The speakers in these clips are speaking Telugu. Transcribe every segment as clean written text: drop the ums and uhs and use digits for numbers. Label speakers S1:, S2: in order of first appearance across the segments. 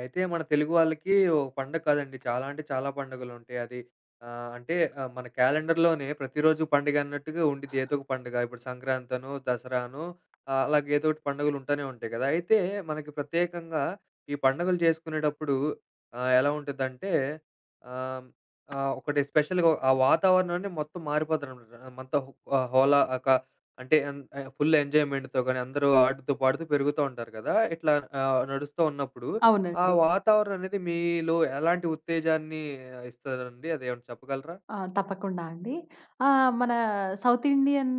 S1: అయితే మన తెలుగు వాళ్ళకి ఒక పండగ కాదండి. చాలా అంటే చాలా పండుగలుంటాయి. అది అంటే మన క్యాలెండర్‌లోనే ప్రతిరోజు పండుగ అన్నట్టుగా ఉండిద్ది. ఏదో ఒక పండుగ. ఇప్పుడు సంక్రాంతనో, దసరానో అలాగే ఏదో ఒకటి పండుగలు ఉంటానే ఉంటాయి కదా! అయితే మనకి ప్రత్యేకంగా ఈ పండుగలు చేసుకునేటప్పుడు ఎలా ఉంటుందంటే ఆహ్, ఆహ్, ఒకటి స్పెషల్‌గా ఆ వాతావరణాన్ని మొత్తం మారిపోతుందనమాట. మొత్తం హో ఆహ్, హోలా ఒక అంటే ఫుల్ ఎంజాయ్‌మెంట్‌తో గాని అందరూ ఆడుతూ, పాడుతూ పెరుగుతూ ఉంటారు కదా! ఇట్లా నడుస్తూ ఉన్నప్పుడు ఆ
S2: అవునండి.
S1: వాతావరణం అనేది మీలో ఎలాంటి ఉత్తేజాన్ని ఇస్తదండి? అదేమన్నా చెప్పగలరా?
S2: ఆ! తప్పకుండా అండి. మన సౌత్ ఇండియన్,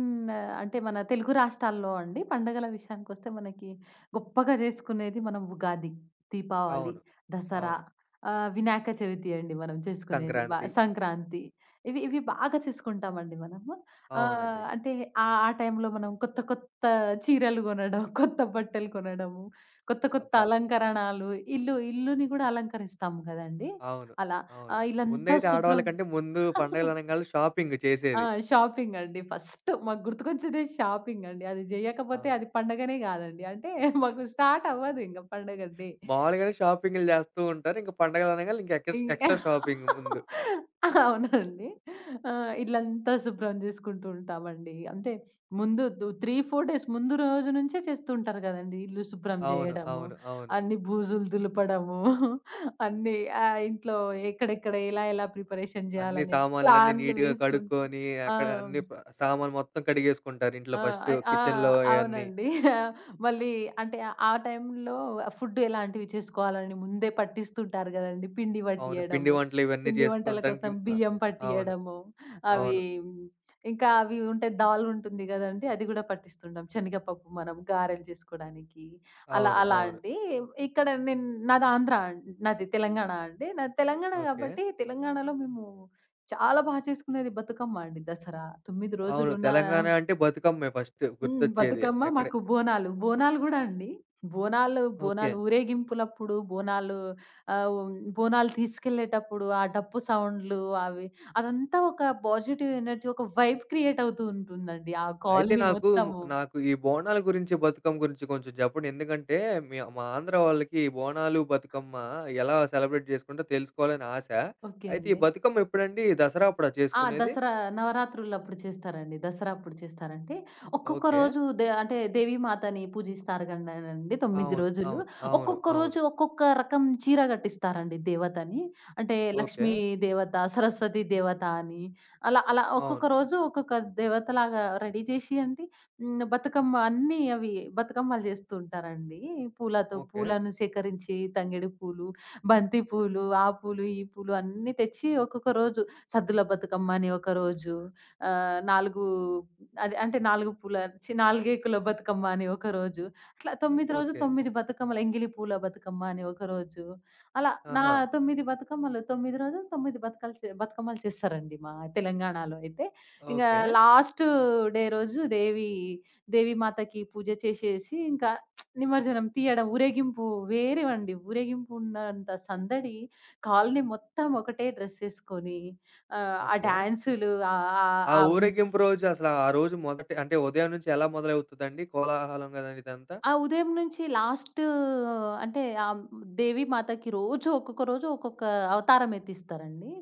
S2: అంటే మన తెలుగు రాష్ట్రాల్లో అండి, పండుగల విషయానికొస్తే మనకి గొప్పగా చేసుకునేది మనం ఉగాది, దీపావళి,
S1: అవును.
S2: దసరా,
S1: అవును.
S2: వినాయక చవితి అండి మనం చేసుకునేది. బా
S1: సంక్రాంతి.
S2: సంక్రాంతి, ఇవి ఇవి బాగా చేసుకుంటామండి మనము.
S1: అవునండి.
S2: అంటే ఆ ఆ టైంలో మనం కొత్త కొత్త చీరలు కొనడం, కొత్త బట్టలు కొనడము, కొత్త కొత్త
S1: అబ్బా!
S2: అలంకరణలు, ఇల్లుని కూడా అలంకరిస్తాము కదండీ!
S1: అవును.
S2: అలా
S1: అవును.
S2: ఇల్లంతా
S1: ముందైతే
S2: శుభ్రం.
S1: ఆడవాళ్ళకంటే ముందు పండగలనంగానే షాపింగ్
S2: ఆ!
S1: చేసేది.
S2: షాపింగ్ అండి. ఫస్ట్ మాకు గుర్తుకొచ్చేదే షాపింగ్ అండి. అది జేయకపోతే
S1: అవును.
S2: అది పండగనే గాదండి. అంటే మాకు స్టార్ట్ అవ్వదు ఇంగ పండగ డే.
S1: మామూలుగానే షాపింగులు చేస్తూ ఉంటారు. ఇంక పండగలు అనంగానే ఇంక ఎక్స్
S2: ఇంగ్
S1: ఎక్స్‌ట్రా షాపింగ్ ముందు.
S2: అవునండి. ఆ! ఇల్లంతా శుభ్రం జేసుకుంటూ ఉంటామండి. అంటే ముందు 3, 4 డేస్ ముందు రోజు నుంచే చేస్తూ ఉంటారు గదండీ! ఇల్లు శుభ్రం
S1: అవును.
S2: జేయడము,
S1: అవును. అవును.
S2: అన్ని బూజులు దులపడము, అన్నీ ఇంట్లో ఎక్కడెక్కడ ఎలా ఎలా ప్రిపరేషన్
S1: అన్ని
S2: జేయాలనే
S1: సామాన్లన్నీ
S2: ప్లాన్లు
S1: నీట్‌గా
S2: వేసుకుంటూ.
S1: కడుక్కొని,
S2: ఆ!
S1: అక్కడ అన్ని ప సామాను మొత్తం కడిగేసుకుంటారు ఇంట్లో
S2: ఆ!
S1: ఫస్టు.
S2: ఆ!
S1: కిచెన్‌లో అయన్నీ.
S2: అవునండి. మళ్ళీ, అంటే ఆ టైంలో ఫుడ్ ఎలాంటివి చేసుకోవాలని ముందే పట్టిస్తుంటారు గదండీ. పిండి
S1: అవును. పిండి
S2: పట్టియడము,
S1: వంటలు ఇవన్నీ
S2: పిండి వంటల
S1: జేసుకోవటానికి
S2: కోసం బియ్యం
S1: అవును.
S2: పట్టియడము, అవి,
S1: అవును.
S2: ఇంకా అవి ఉంటే దాల్ ఉంటుంది గదండీ. అది గూడా పట్టిస్తుంటాం. శనగపప్పు మనం గారెలు చేసుకోడానికి, అలా
S1: అవును.
S2: అలా
S1: అవును.
S2: అండి. ఇక్కడ నేను, నాది ఆంధ్ర అండి, నాది తెలంగాణ అండి. నాది తెలంగాణ
S1: ఓకే.
S2: గాబట్టి తెలంగాణలో మేము చాలా బా చేసుకునేది బతుకమ్మ అండి. దసరా 9
S1: అవును.
S2: రోజులున్న.
S1: తెలంగాణ అంటే బతుకమ్మే ఫస్ట్
S2: హ్మ్.
S1: గుర్తొచ్చేది.
S2: బతుకమ్మ మాకు, బోనాలు. బోనాలు గూడా అండి. బోనాలు,
S1: ఓకే.
S2: బోనాలు ఊరేగింపులప్పుడు బోనాలు. బోనాలు తీసుకెళ్ళేటప్పుడు ఆ డప్పు సౌండ్‌లు, అవి, అదంతా ఒక పాజిటివ్ ఎనర్జీ, ఒక వైబ్ క్రియేట్ అవుతూ ఉంటుందండి, ఆ
S1: అయితే
S2: కాలనీ
S1: నాకు,
S2: మొత్తము.
S1: నాకు ఈ బోనాల గురించి, బతుకమ్మ గురించి కొంచెం చెప్పండి. ఎందుకంటే మా ఆంధ్ర వాళ్ళకి ఈ బోనాలు, బతుకమ్మ ఎలా సెలబ్రేట్ చేసుకుంటారో తెలుసుకోవాలని ఆశ.
S2: ఓకే
S1: అయితే ఈ
S2: అండి.
S1: బతుకమ్మ ఎప్పుడండి? దసరా అప్పుడా
S2: ఆ!
S1: చేసుకునేది?
S2: దసరా నవరాత్రులప్పుడు చేస్తారండి. దసరా అప్పుడు చేస్తారంటే, ఒక్కొక్క
S1: ఓకే.
S2: రోజు అంటే దేవీమాతని పూజిస్తారు గండనండి 9
S1: అవును.
S2: రోజులు.
S1: అవును. అవును.
S2: ఒక్కొక్క
S1: అవును.
S2: రోజు ఒక్కొక్క రకం చీర కట్టిస్తారండి దేవతని. అంటే
S1: ఓకే.
S2: లక్ష్మీ దేవత, సరస్వతి దేవత అని, అలా అలా ఒక్కొక్క
S1: అవును.
S2: రోజు ఒక్కొక్క దేవతలాగా రెడీ చేసి అండి. హ్మ్. బతుకమ్మ, అన్నీ అవి, బతుకమ్మలు చేస్తూ ఉంటారండి. పూలతో,
S1: ఓకే.
S2: పూలను సేకరించి తంగేడు పూలు, బంతి పూలు, ఆ పూలు, ఈ పూలు అన్నీ తెచ్చి ఒక్కొక్క రోజు సద్దుల బతుకమ్మ అని ఒకరోజు, 4 అది అంటే 4 పూల, నాలుగేకుల బతుకమ్మ అని ఒకరోజు, అట్లా 9 రోజు
S1: ఓకే.
S2: 9 బతుకమ్మలు, ఎంగిలి పూల బతుకమ్మ అని ఒకరోజు, అలా నా
S1: ఆహా!
S2: 9 బతుకమ్మలు, 9 రోజులు 9 బతుకలు చే బతుకమ్మలు చేస్తారండి మా తెలంగాణలో అయితే. ఇంగా
S1: ఓకే.
S2: లాస్ట్ రోజు దేవి దేవి మాతకి పూజ చేసేసి, ఇంకా నిమజ్జనం తీయడం, ఊరేగింపు వేరేవండి. ఊరేగింపు ఉన్నంత సందడి, కాలనీ మొత్తం ఒకటే డ్రెస్ ఏసుకొని ఆ
S1: ఓకే.
S2: డాన్సులు. ఆహ్, ఆహ్, ఆహ్,
S1: ఆ
S2: అవును. హ్మ్.
S1: ఊరేగింపు రోజు అసల ఆ రోజు మొదటి అంటే ఉదయం నుంచి ఎలా మొదలవుతదండి? కోలాహలం గదండీ ఇదంతా.
S2: ఆ ఉదయం నుంచి లాస్ట్, అంటే దేవి మాతకి రోజు ఒక్కొక్క రోజు ఒక్కొక్క అవతారం ఎత్తిస్తారండి.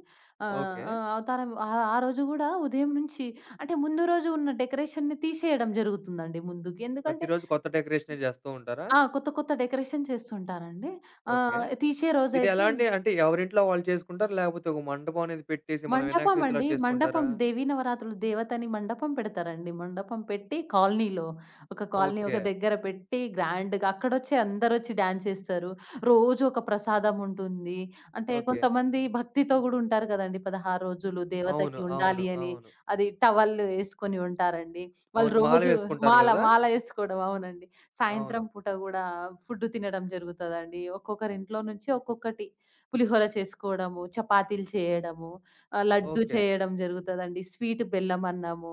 S1: ఓకే.
S2: ఓకే. ఆ! అవతారం, ఆ రోజు గూడా ఉదయం నుంచి, అంటే ముందు రోజు ఉన్న డెకరేషన్‌ని తీసేయడం జరుగుతుందండి ముందుకి. ఎందుకంటే,
S1: ప్రతిరోజు కొత్త డెకరేషనే జేస్తూ ఉంటారా?
S2: ఆ! కొత్త కొత్త డెకరేషన్ చేస్తుంటారండి.
S1: ఓకే.
S2: తీసే
S1: ఇది
S2: రోజైతే
S1: ఎలా అండి? అంటే ఎవరింట్లో వాళ్ళు చేసుకుంటారా? లేకపోతే ఒక మంటపం అనేది పెట్టేసి మనం వినాయక చవితిలా
S2: మండపమండి. మండపం,
S1: చేసుకుంటారా?
S2: దేవీ నవరాత్రులు దేవతని మండపం పెడతారండి. మండపం పెట్టి కాలనీలో, ఒక కాలనీ
S1: ఓకే.
S2: ఒక దగ్గర పెట్టి గ్రాండ్‌గా అక్కడొచ్చి అందరొచ్చి డాన్స్ చేస్తారు. రోజు ఒక ప్రసాదం ఉంటుంది. అంటే
S1: ఓకే.
S2: కొంతమంది భక్తితో గూడా ఉంటారు కదండీ! 16 రోజులు
S1: అవును.
S2: దేవతకి
S1: అవును.
S2: ఉండాలి అని.
S1: అవును.
S2: అది టవల్లు యేసుకొని ఉంటారండి
S1: అవును.
S2: వాళ్ళు
S1: మాల
S2: రోజు.
S1: వేసుకుంటారు గదా!
S2: మాల యేసుకోవడం అవునండి.
S1: అవును.
S2: సాయంత్రం పూట గూడా ఫుడ్ తినడం జరుగుతదండి. ఒక్కొక్కరింట్లో నుంచి ఒక్కొక్కటి, పులిహోర చేసుకోవడము, చపాతీలు చేయడము, లడ్డు
S1: ఓకే.
S2: చేయడం జరుగుతదండి, స్వీట్ బెల్లమన్నము,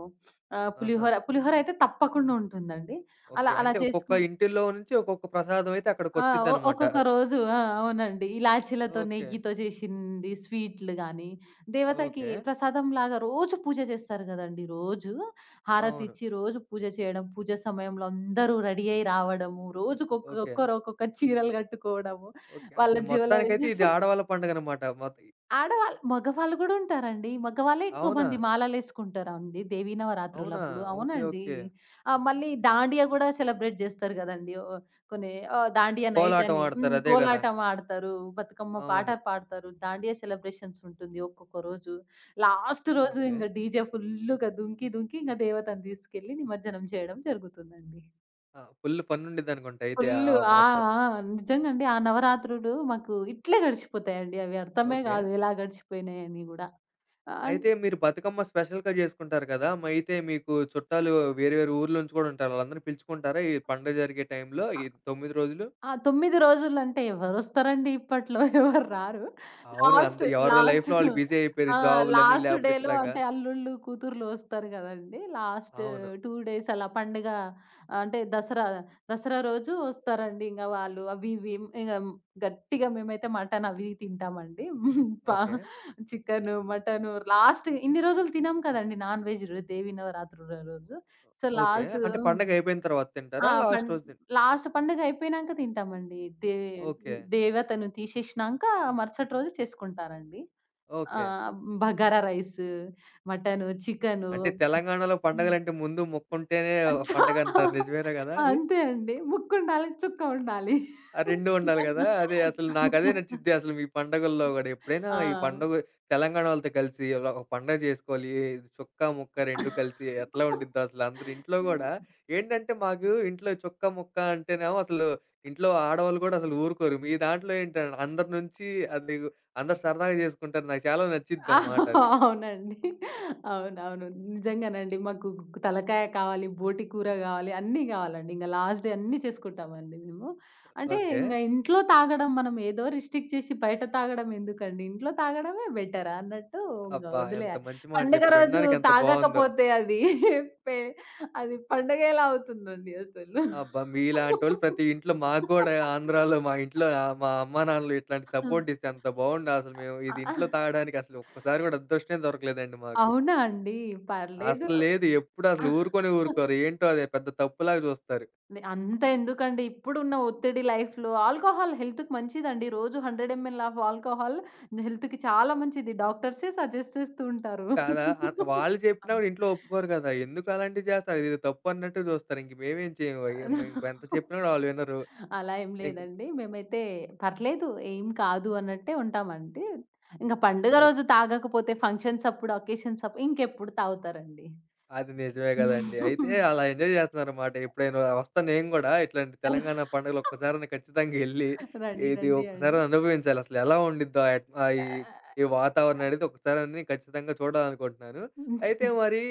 S1: ఆహా!
S2: పులిహోరయితే తప్పకుండా ఉంటుందండి.
S1: ఓకే.
S2: అలా అలా
S1: అంటే
S2: చేసుకు
S1: ఒక్కొక్క ఇంటిల్లో నుంచి ఒక్కొక్క ప్రసాదం అయితే
S2: ఆ!
S1: అక్కడికొచ్చిద్దనమాట.
S2: ఒక్కొక్క రోజు ఆ! అవునండి. ఇలాచీలతో,
S1: ఓకే.
S2: నెయ్యితో చేసింది స్వీట్లు గాని, దేవతకి
S1: ఓకే.
S2: ప్రసాదంలాగా రోజు పూజ చేస్తారు గదండీ! రోజు
S1: అవును.
S2: హారతిచ్చి, రోజు పూజ చేయడం, పూజ సమయంలో అందరూ రెడీ అయ్యి రావడము, రోజుకొక్క
S1: ఓకే.
S2: ఒక్కొక్కరు ఒక్కొక్క చీరలు గట్టుకోవడము,
S1: ఓకే.
S2: వాళ్ళ జ్యువెలరీస్.
S1: మొత్తానికైతే ఇది ఆడవాళ్ళ పండుగనమాట.
S2: ఆడవాళ్ళు, మగవాళ్ళు గూడా ఉంటారండి. మగవాళ్ళే ఎక్కువ
S1: అవునా?
S2: మంది మాలలేసుకుంటారండి దేవీ
S1: అవునా?
S2: నవరాత్రులప్పుడు.
S1: ఓకే.
S2: అవునండి.
S1: ఓకే.
S2: మళ్ళీ దాండియా గూడా సెలబ్రేట్ జేస్తారు గదండీ! ఓ, కొన్ని దాండియా నైట్
S1: కోలాటం
S2: అని. హ్మ్.
S1: ఆడతారు. అదే గదా!
S2: కోలాటం ఆడతారు, బతుకమ్మ పాట
S1: అవును.
S2: పాడతారు. దాండియా సెలబ్రేషన్స్ ఉంటుంది ఒక్కొక్క రోజు. లాస్ట్ రోజు
S1: ఓకే.
S2: ఇంగ డీజే ఫుల్లుగా దుంకి, దుంకి, ఇంగ దేవతను తీసుకెళ్ళి నిమజ్జనం చేయడం జరుగుతుందండి.
S1: ఆ! ఫుల్ ఫన్ ఉండిద్దనుకుంటా అయితే
S2: ఫుల్లు. ఆ!
S1: మొత్తం.
S2: ఆ! నిజంగండి. ఆ నవరాత్రులు మాకు ఇట్లే గడిచిపోతాయండి. అవి అర్థమే
S1: ఓకే.
S2: గాదు ఎలా గడిచిపోయినాయని గూడా. అన్
S1: అయితే మీరు బతుకమ్మ స్పెషల్‌గా జేసుకుంటారు కదా! మరి అయితే మీకు చుట్టాలు వేరే వేరే ఊర్ల నుంచి గూడా ఉంటారు. వాళ్ళందరిని పిలుచుకుంటారా? ఈ పండుగ జరిగే టైంలో ఈ 9 రోజులు?
S2: ఆ! 9 రోజులంటే ఎవరొస్తారండి ఇప్పట్లో? ఎవరు రారు.
S1: అవును. అంత
S2: లాస్ట్,
S1: ఎవరి
S2: లాస్ట్
S1: లైఫ్‌లో వాళ్ళు బిజీ అయిపోయారు.
S2: ఆ!
S1: జాబులని
S2: లాస్ట్
S1: లేపోతే
S2: డేలో
S1: ఇట్లాగా.
S2: అంటే అల్లుళ్ళు, కూతుర్లు వస్తారు గదండీ! లాస్ట్
S1: అవును.
S2: 2 డేస్ అలా పండుగ అంటే దసరా రోజు వస్తారండి. ఇంగ వాళ్ళు అవి ఇవి, ఇంగ గట్టిగా మేమైతే మటన్ అవి తింటామండి. ప
S1: ఓకే.
S2: చికెను, మటను లాస్ట్ ఇన్ని రోజులు తినం కదండీ, నాన్ వెజ్ దేవి నవరాత్రుల రోజు. So,
S1: okay.
S2: లాస్ట్.
S1: అంటే
S2: హ్మ్.
S1: పండగ అయిపోయిన తర్వాత
S2: ఆ!
S1: తింటారా? లాస్ట్ రోజు తిన్
S2: లాస్ట్ పండుగ అయిపోయినాంక తింటామండి. దే
S1: ఓకే.
S2: దేవతను తీసేసినాంక మరుసటి రోజు చేసుకుంటారండి.
S1: ఓకే.
S2: ఆహ్, బగారా రైసు, మటను, చికెను.
S1: అంటే తెలంగాణలో పండగలంటే ముందు మొక్కుంటేనే
S2: చా
S1: పండగంటారు. నిజమేనా గదా అది?
S2: అంతే అండి. ముక్కుండాలి, చుక్క ఉండాలి.
S1: ఆ 2 ఉండాలి గదా! అదే అసలు నాకదే నచ్చిద్ది అసలు మీ పండగల్లో గూడా. ఎప్పుడైనా
S2: ఆ!
S1: ఈ పండగ తెలంగాణ వాళ్ళతో కలిసి ఇలా ఒక పండగ జేసుకోవాలి. చొక్కా, ముక్క 2 కలిసి ఎట్లా ఉండిద్దో అసలు అందరూ ఇంట్లో గూడా ఏంటంటే మాకు ఇంట్లో చొక్కా, ముక్క అంటేనేమో అసలు ఇంట్లో ఆడవాళ్ళు గూడా అసలు ఊరుకోరు. మీ దాంట్లో ఏంటంటే అందరి నుంచి అది అందరూ సరదాగా జేసుకుంటారు. నాకు చాలా
S2: ఆ!
S1: నచ్చిద్దనమాట అది.
S2: అవునండి. అవునవును. నిజంగానండి. మాకు తలకాయ కావాలి, బోటి కూర గావాలి, అన్నీ గావాలండి. ఇంగ లాస్ట్ డే అన్నీ చేసుకుంటామండి మేము. అంటే
S1: ఓకే.
S2: ఇంగ ఇంట్లో తాగడం మనం ఏదో రిస్ట్రిక్ట్ చేసి బయట తాగడం ఎందుకండి? ఇంట్లో తాగడమే బెటర్ అన్నట్టు ఇంగ
S1: అబ్బా! ఎంత
S2: వదిలేయాలి.
S1: మంచి మాట
S2: పండుగ
S1: జెప్పారు.
S2: రోజు
S1: వినడానికి ఎంత బావుందో.
S2: తాగకపోతే అది, పె అది పండగ ఎలా అవుతుందండి అసలు?
S1: అబ్బా! మీలాంటోళ్ళు ప్రతి ఇంట్లో మాకు గూడా ఆంధ్రాలో మా ఇంట్లో మా అమ్మా నాన్నలు ఇట్లాంటి సపోర్ట్ ఇస్తే ఎంత బావుండో అసలు మేము
S2: ఆ!
S1: ఇది
S2: ఆ!
S1: ఇంట్లో తాగడానికి అసలు ఒక్కసారి గూడా అదృష్టమే దొరకలేదండి మాకు.
S2: అవునా అండి? పర్లేదు.
S1: అస్సలు లేదు. ఎప్పుడు అసలు ఊరుకోనే ఊరుకోరు. ఏంటో అది పెద్ద తప్పులాగా జూస్తారు.
S2: అంత ఎందుకండి. ఇప్పుడున్న ఒత్తిడి లైఫ్‌లో ఆల్కహాల్ హెల్త్‌కి మంచిదండి. రోజు 100 ఎంఎల్ ఆఫ్ ఆల్కహాల్ హెల్త్‌కి చాలా మంచిది. డాక్టర్సే సజెస్ట్ చేస్తూ ఉంటారు.
S1: కాదా వాళ్ళు చెప్పినా గూడా ఇంట్లో ఒప్పుకోరు గదా! ఎందుకు అలాంటివి జేస్తారు? ఇదేదో తప్పు అన్నట్టు జూస్తారు. ఇంక మేమేం చేయము. ఎం ఇంక ఎంత
S2: ఆ!
S1: చెప్పినా గూడా ఆళ్ళు వినరు.
S2: అలా ఏం
S1: ఇంక
S2: లేదండి. మేమైతే పర్లేదు, ఏం కాదు అన్నట్టే ఉంటామండి. ఇంక పండుగ రోజు తాగకపోతే ఫంక్షన్స్ అప్పుడు, అకేషన్స్ అప్పుడు ఇంకెప్పుడు తాగుతారండి.
S1: అది నిజమే గదండీ. అయితే అలా ఎంజాయ్ జేస్తున్నారన్నమాట. ఎప్పుడైనా వస్తా నేను గూడా ఇట్లాంటి తెలంగాణ పండుగలు ఒక్కసారైనా ఖచ్చితంగా ఎళ్లి,
S2: రండి.
S1: ఇది
S2: రండి అండి.
S1: ఒక్కసారైనా అనుభవించాలి. అసలు ఎలా ఉండిద్దో ఆ ఈ
S2: ఆహ్,
S1: ఈ వాతావరణం అనేది ఒకసారని ఖచ్చితంగా చూడాలనుకుంటున్నాను. అయితే మరి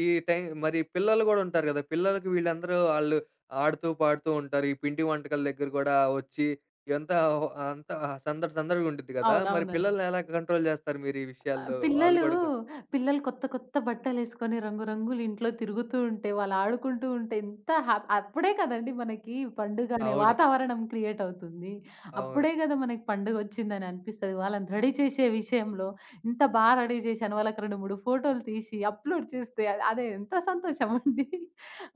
S1: ఈ టైం మరి పిల్లలు గూడా ఉంటారు గదా! పిల్లలకి వీళ్ళందరూ ఆళ్ళు ఆడుతూ, పాడుతూ ఉంటారు. ఈ పిండి వంటకాల దగ్గర గూడా వచ్చి ఇదంతా ఓహ్! అంతా సందడి సందడిగా ఉండిద్ది గదా! మరి
S2: అవునవునండి.
S1: పిల్లల్ని ఎలా కంట్రోల్ జేస్తారు మీరు ఈ
S2: ఆ!
S1: విషయాల్లో? వాళ్ళు గూడా కొ
S2: పిల్లలు కొత్త కొత్త బట్టలేసుకొని రంగు రంగులు ఇంట్లో తిరుగుతూ ఉంటే, వాళ్ళు ఆడుకుంటూ ఉంటే ఎంత అప్పుడే కదండీ మనకి పండుగ అనే
S1: అవును.
S2: వాతావరణం క్రియేట్ అవుతుంది.
S1: అవును.
S2: అప్పుడే కదా మనకి పండుగొచ్చిందని అనిపిస్తది. వాళ్ళని రెడీ చేసే విషయంలో ఇంత బా రెడీ చేశాను. వాళ్ళకి 2, 3 ఫోటోలు తీసి అప్‌లోడ్ చేస్తే అదే ఎంత సంతోషమండి.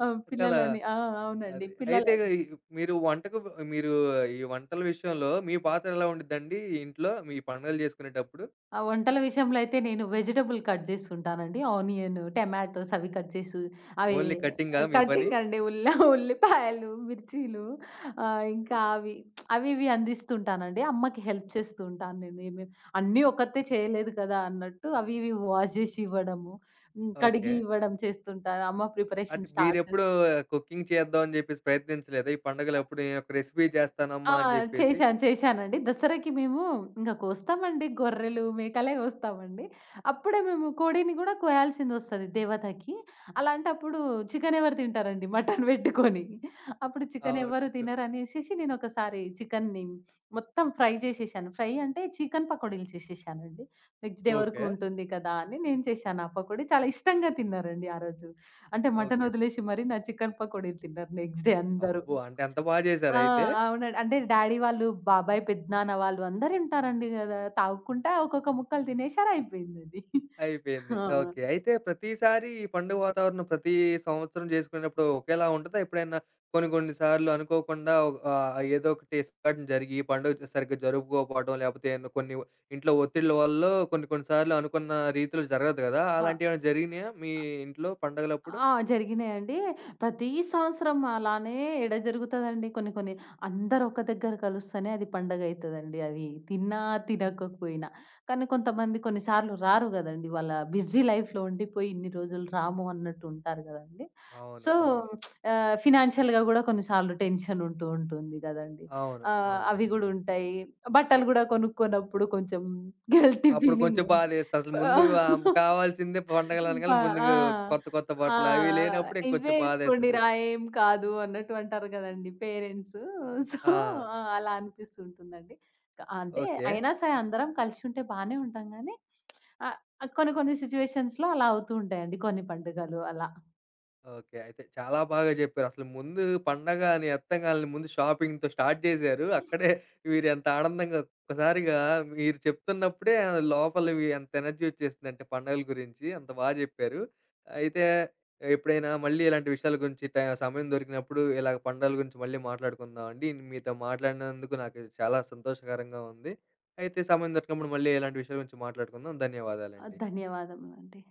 S2: ఆ!
S1: కదా!
S2: ఆ! అవునండి.
S1: అది. అయితే ఇగ ఈ మీరు వంటకు మీరు ఈ వంటల విషయంలో మీ పాత్ర ఎలా ఉండిద్దండి ఇంట్లో? మీ పండుగలు చేసుకునేటప్పుడు?
S2: ఆ! వంటల విషయంలో అయితే నేను వెజిటబుల్ కట్ జేస్తుంటానండి. ఆనియన్, టమాటోస్ అవి కట్ చేసి అవి
S1: ఓన్లీ కటింగా మీ పని?
S2: కటింగ్ అండి. ఉల్లిపాయలు, మిర్చీలు, ఇంకా అవి, అవి ఇవి అందిస్తుంటానండి. అమ్మకి హెల్ప్
S1: ఓ
S2: చేస్తూ ఉంటాను నేను. అన్నీ ఒకతే చేయలేదు కదా అన్నట్టు, అవి ఇవి వాష్ జేసి ఇవ్వడము, హ్మ్,
S1: ఓకే.
S2: కడిగి ఇవ్వడం చేస్తుంటాను. అమ్మ
S1: అంటే
S2: ప్రిపరేషన్ స్టార్ట్
S1: మీరెప్పుడూ
S2: చేసి,
S1: కుకింగ్ చేద్దాం అని జెప్పేసి ప్రయత్నించలేదా? ఈ పండగలప్పుడు నేనొక రెసిపీ
S2: ఆ!
S1: చేస్తానమ్మా అని జెప్పేసి.
S2: చేశాను. చేశానండి. దసరాకి మేము ఇంక కోస్తామండి. గొర్రెలు, మేకలే కోస్తామండి. అప్పుడే మేము కోడిని గూడా కోయాల్సిందొస్తది దేవతకి. అలాంటప్పుడు చికెన్ ఎవరు తింటారండి మటన్ పెట్టుకొని. అప్పుడు
S1: ఆ!
S2: చికెన్ ఎవరు తినరనేసేసి నేనొకసారి చికెన్‌ని మొత్తం ఫ్రై చేసేశాను. ఫ్రై అంటే చికెన్ పకోడీలు చేసేశానండి. నెక్స్ట్ డే వరకు
S1: ఓకే.
S2: ఉంటుంది కదా అని నేను చేశాను ఆ పకోడీ. చాలా ఇష్టంగా తిన్నారండి ఆ రోజు. అంటే మటన్
S1: ఓకే.
S2: వదిలేసి మరి నా చికెన్ పకోడీలు తిన్నారు నెక్స్ట్ డే అందరూ.
S1: అబ్బో! అంటే అంత బా
S2: ఆ!
S1: చేసారైతే?
S2: అవునండి. అంటే డ్యాడీ వాళ్ళు, బాబాయ్, పెద్దనాన్న వాళ్ళు అందరుంటారండి గదా! తాగుకుంటా ఒక్కొక్క ముక్కలు తినేశారు, అయిపోయిందది.
S1: అయిపోయింది.
S2: ఆ!
S1: ఓకే. అయితే ప్రతిసారి ఈ పండుగ వాతావరణం ప్రతి సంవత్సరం చేసుకునేటప్పుడు ఒకేలా ఉంటదా? ఎప్పుడైనా కొన్ని కొన్ని సార్లు అనుకోకుండా ఏదో ఒకటి సంఘటన జరిగి ఈ పండుగ సరిగ్గా జరుపుకోకపోవడం లేకపోతే ఏమన్నా కొన్ని ఇంట్లో ఒత్తిళ్ళ వల్లో కొన్ని కొన్ని సార్లు అనుకున్న రీతిలో జరగదు కదా!
S2: ఆ!
S1: అలాంటియేమైనా జరిగినాయా మీ ఇంట్లో పండగలప్పుడు?
S2: ఆ! జరిగినాయండి. ప్రతి సంవత్సరం అలానే ఏడ జరుగుతదండి కొన్ని కొన్ని. అందరూ ఒక దగ్గర కలుస్తేనే అది పండగైతదండి, అది తిన్నా, తినకపోయినా. కానీ కొంతమంది కొన్ని సార్లు రారు గదండీ. వాళ్ళ బిజీ లైఫ్‌లో ఉండిపోయి ఇన్ని రోజులు రాము అన్నట్టు ఉంటారు గదండీ.
S1: అవును.
S2: సో,
S1: అవును.
S2: ఫినాన్షియల్‌గా గూడా కొన్నిసార్లు టెన్షన్ ఉంటూ ఉంటుంది గదండీ.
S1: అవును. అవును.
S2: అవి గూడా ఉంటాయి. బట్టలు గూడా కొనుక్కోనప్పుడు కొంచెం గిల్టీ
S1: అప్పుడు
S2: ఫీలింగ్.
S1: కొంచెం బాధేస్తది. అసలు
S2: ఆ!
S1: ముందు కావాల్సిందే
S2: ప
S1: పండగలనగానే
S2: ఆ!
S1: ముందుగా కొత్త కొత్త
S2: ఆ!
S1: బట్టలు అవి లేనప్పుడు
S2: ఇవే
S1: ఇంకొంచెం బాధేస్తది.
S2: ఏసుకోండిరా, ఏం కాదు అన్నట్టు అంటారు గదండీ పేరెంట్సు. సో,
S1: ఆ!
S2: ఆ! అలా అనిపిస్తుంటుందండి. అంటే
S1: ఓకే.
S2: అయినా సరే అందరం కలిసి ఉంటే బానే ఉంటాం గానీ, ఆహ్, కొన్ని కొన్ని సిట్యుయేషన్స్‌లో అలా అవుతూ ఉంటాయండి, కొన్ని పండుగలు అలా.
S1: ఓకే. అయితే చాలా బాగా జెప్పారు. అసలు ముందు పండగ అని ఎత్తంగాల్నే ముందు షాపింగ్‌తో స్టార్ట్ జేశారు. అక్కడే మీరెంత ఆనందంగా ఒక్కసారిగా మీరు చెప్తున్నప్పుడే ఆ లోపల మీ ఎంత ఎనర్జీ ఒచ్చేసిందంటే పండగల గురించి అంత బా జెప్పారు. అయితే ఎప్పుడైనా మళ్ళీ ఇలాంటి విషయాల గురించి సమయం దొరికినప్పుడు ఇలాగ పండగల గురించి మళ్ళీ మాట్లాడుకుందాం అండి. మీతో మాట్లాడినందుకు నాకు చాలా సంతోషకరంగా ఉంది. అయితే సమయం దొరికినప్పుడు మళ్ళీ ఇలాంటి విషయాల గురించి మాట్లాడుకుందాం.
S2: ఆ!
S1: ధన్యవాదాలండి.
S2: ధన్యవాదములండి.